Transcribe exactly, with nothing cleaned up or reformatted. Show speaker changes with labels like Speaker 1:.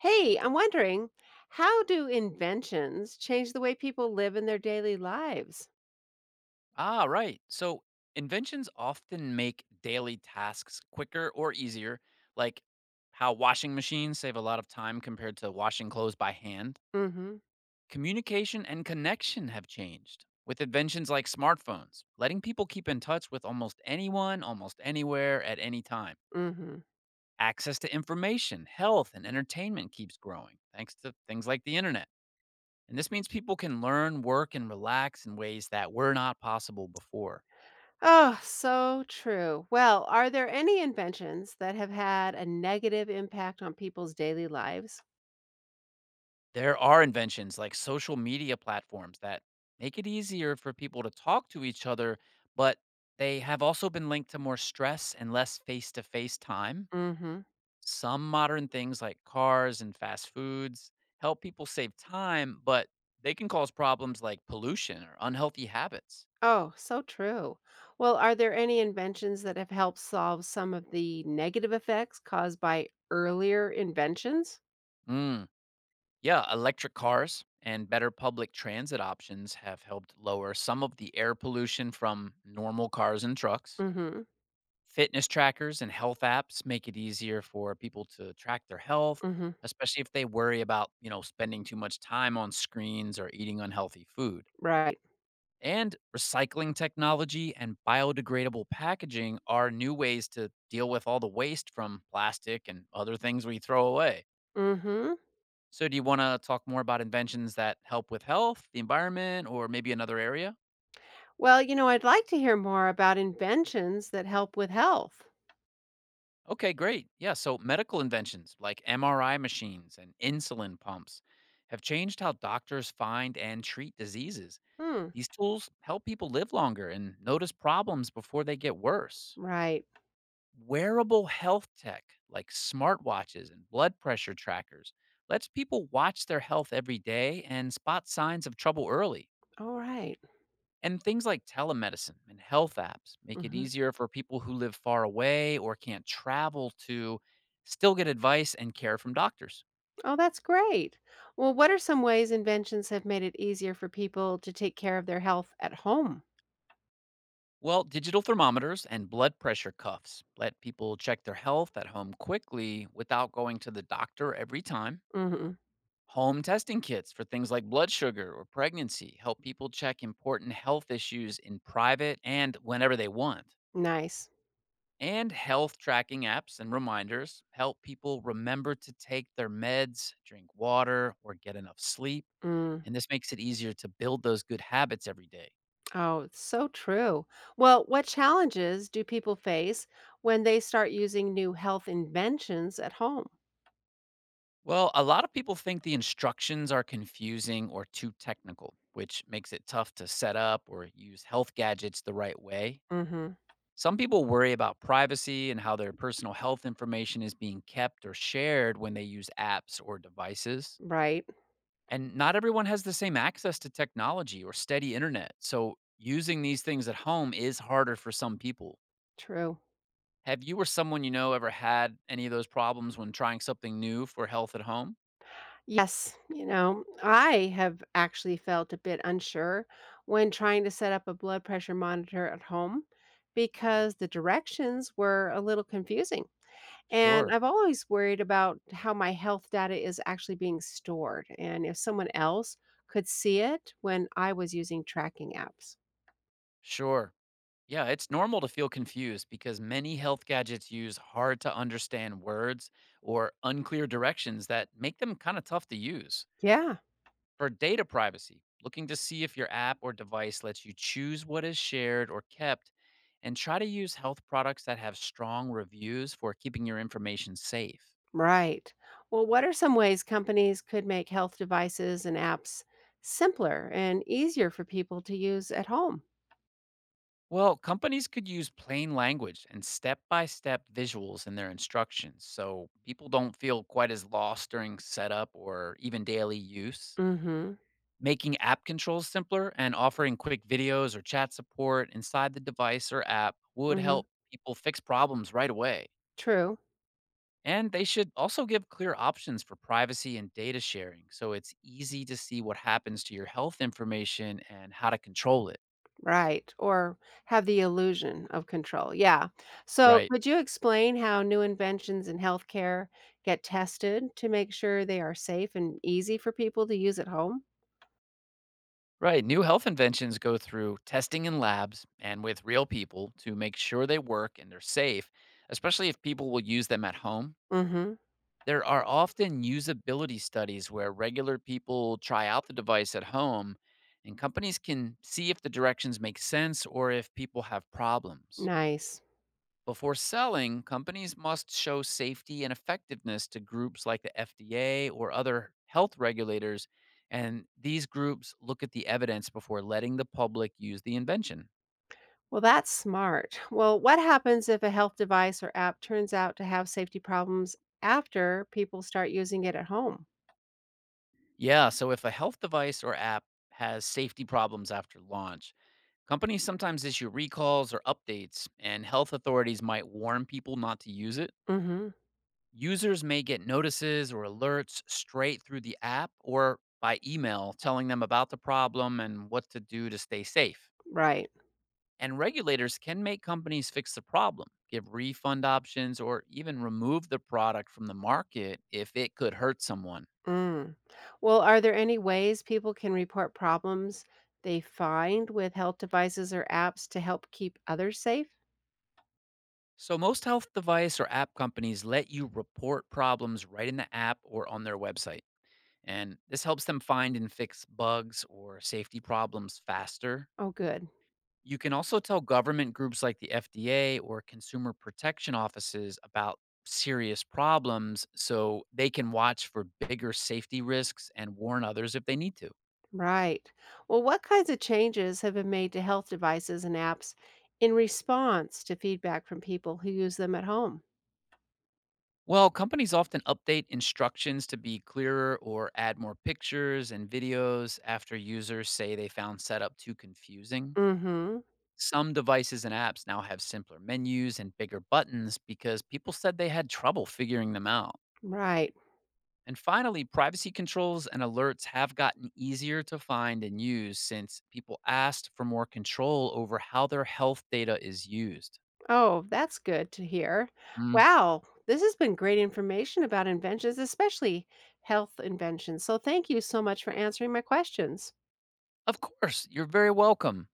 Speaker 1: Hey, I'm wondering, how do inventions change the way people live in their daily lives?
Speaker 2: Ah, right. So inventions often make daily tasks quicker or easier, like how washing machines save a lot of time compared to washing clothes by hand.
Speaker 1: Mhm.
Speaker 2: Communication and connection have changed with inventions like smartphones, letting people keep in touch with almost anyone, almost anywhere, at any time.
Speaker 1: Mhm.
Speaker 2: Access to information, health, and entertainment keeps growing thanks to things like the internet. And this means people can learn, work, and relax in ways that were not possible before.
Speaker 1: Oh, so true. Well, are there any inventions that have had a negative impact on people's daily lives?
Speaker 2: There are inventions like social media platforms that make it easier for people to talk to each other, but they have also been linked to more stress and less face to face time.
Speaker 1: Mhm.
Speaker 2: Some modern things like cars and fast foods help people save time, but they can cause problems like pollution or unhealthy habits.
Speaker 1: Oh, so true. Well, are there any inventions that have helped solve some of the negative effects caused by earlier inventions?
Speaker 2: Mm, yeah, electric cars and better public transit options have helped lower some of the air pollution from normal cars and trucks.
Speaker 1: Mhm.
Speaker 2: Fitness trackers and health apps make it easier for people to track their health,
Speaker 1: Mhm.
Speaker 2: especially if they worry about, you know, spending too much time on screens or eating unhealthy food.
Speaker 1: Right.
Speaker 2: And recycling technology and biodegradable packaging are new ways to deal with all the waste from plastic and other things we throw away.
Speaker 1: Mhm.
Speaker 2: So, do you want to talk more about inventions that help with health, the environment, or maybe another area?
Speaker 1: Well, you know, I'd like to hear more about inventions that help with health.
Speaker 2: Okay, great. Yeah, so medical inventions like M R I machines and insulin pumps have changed how doctors find and treat diseases.
Speaker 1: Hmm.
Speaker 2: These tools help people live longer and notice problems before they get worse.
Speaker 1: Right.
Speaker 2: Wearable health tech like smartwatches and blood pressure trackers lets people watch their health every day and spot signs of trouble early.
Speaker 1: All right.
Speaker 2: And things like telemedicine and health apps make it
Speaker 1: Mm-hmm.
Speaker 2: easier for people who live far away or can't travel to still get advice and care from doctors.
Speaker 1: Oh, that's great. Well, what are some ways inventions have made it easier for people to take care of their health at home?
Speaker 2: Well, digital thermometers and blood pressure cuffs let people check their health at home quickly without going to the doctor every time.
Speaker 1: Mm-hmm.
Speaker 2: Home testing kits for things like blood sugar or pregnancy help people check important health issues in private and whenever they want.
Speaker 1: Nice.
Speaker 2: And health tracking apps and reminders help people remember to take their meds, drink water, or get enough sleep.
Speaker 1: Mm.
Speaker 2: And this makes it easier to build those good habits every day.
Speaker 1: Oh, it's so true. Well, what challenges do people face when they start using new health inventions at home?
Speaker 2: Well, a lot of people think the instructions are confusing or too technical, which makes it tough to set up or use health gadgets the right way.
Speaker 1: Mm-hmm.
Speaker 2: Some people worry about privacy and how their personal health information is being kept or shared when they use apps or devices.
Speaker 1: Right.
Speaker 2: And not everyone has the same access to technology or steady internet. So using these things at home is harder for some people.
Speaker 1: True.
Speaker 2: Have you or someone you know ever had any of those problems when trying something new for health at home?
Speaker 1: Yes, you know, I have actually felt a bit unsure when trying to set up a blood pressure monitor at home
Speaker 2: Yeah,
Speaker 1: because the directions were a little confusing. And
Speaker 2: sure.
Speaker 1: I've always worried about how my health data is actually being stored and if someone else could see it when I was using tracking apps.
Speaker 2: Sure. Yeah, it's normal to feel confused because many health gadgets use hard to understand words or unclear directions that make them kind of tough to use.
Speaker 1: Yeah,
Speaker 2: For data privacy, looking to see if your app or device lets you choose what is shared or kept, and try to use health products that have strong reviews for keeping your information safe.
Speaker 1: right. Well, what are some ways companies could make health devices and apps simpler and easier for people to use at home?
Speaker 2: Well, companies could use plain language and step by step visuals in their instructions so people don't feel quite as lost during setup or even daily use.
Speaker 1: Mm hmm.
Speaker 2: Making app controls simpler and offering quick videos or chat support inside the device or app would
Speaker 1: Mhm.
Speaker 2: help people fix problems right away.
Speaker 1: True.
Speaker 2: And they should also give clear options for privacy and data sharing so it's easy to see what happens to your health information and how to control it.
Speaker 1: Right, or have the illusion of control, yeah. So,
Speaker 2: Right.
Speaker 1: could you explain how new inventions in healthcare get tested to make sure they are safe and easy for people to use at home?
Speaker 2: Right. New health inventions go through testing in labs and with real people to make sure they work and they're safe, especially if people will use them at home.
Speaker 1: Mhm.
Speaker 2: There are often usability studies where regular people try out the device at home, and companies can see if the directions make sense or if people have problems.
Speaker 1: Nice.
Speaker 2: Before selling, companies must show safety and effectiveness to groups like the F D A or other health regulators, and these groups look at the evidence before letting the public use the invention.
Speaker 1: Well, that's smart. Well, what happens if a health device or app turns out to have safety problems after people start using it at home?
Speaker 2: Yeah, so if a health device or app has safety problems after launch, companies sometimes issue recalls or updates, and health authorities might warn people not to use it.
Speaker 1: Mhm.
Speaker 2: Users may get notices or alerts straight through the app or by email telling them about the problem and what to do to stay safe.
Speaker 1: Right.
Speaker 2: And regulators can make companies fix the problem, give refund options, or even remove the product from the market if it could hurt someone.
Speaker 1: Mm. Well, are there any ways people can report problems they find with health devices or apps to help keep others safe?
Speaker 2: So, most health device or app companies let you report problems right in the app or on their website. And this helps them find and fix bugs or safety problems faster.
Speaker 1: Oh, good.
Speaker 2: You can also tell government groups like the F D A or consumer protection offices about serious problems so they can watch for bigger safety risks and warn others if they need to.
Speaker 1: Right. Well, what kinds of changes have been made to health devices and apps in response to feedback from people who use them at home?
Speaker 2: Well, companies often update instructions to be clearer or add more pictures and videos after users say they found setup too confusing.
Speaker 1: Mm-hmm.
Speaker 2: Some devices and apps now have simpler menus and bigger buttons because people said they had trouble figuring them out.
Speaker 1: Right.
Speaker 2: And finally, privacy controls and alerts have gotten easier to find and use since people asked for more control over how their health data is used.
Speaker 1: Oh, that's good to hear.
Speaker 2: Mm.
Speaker 1: Wow. This has been great information about inventions, especially health inventions. So thank you so much for answering my questions.
Speaker 2: Of course, you're very welcome.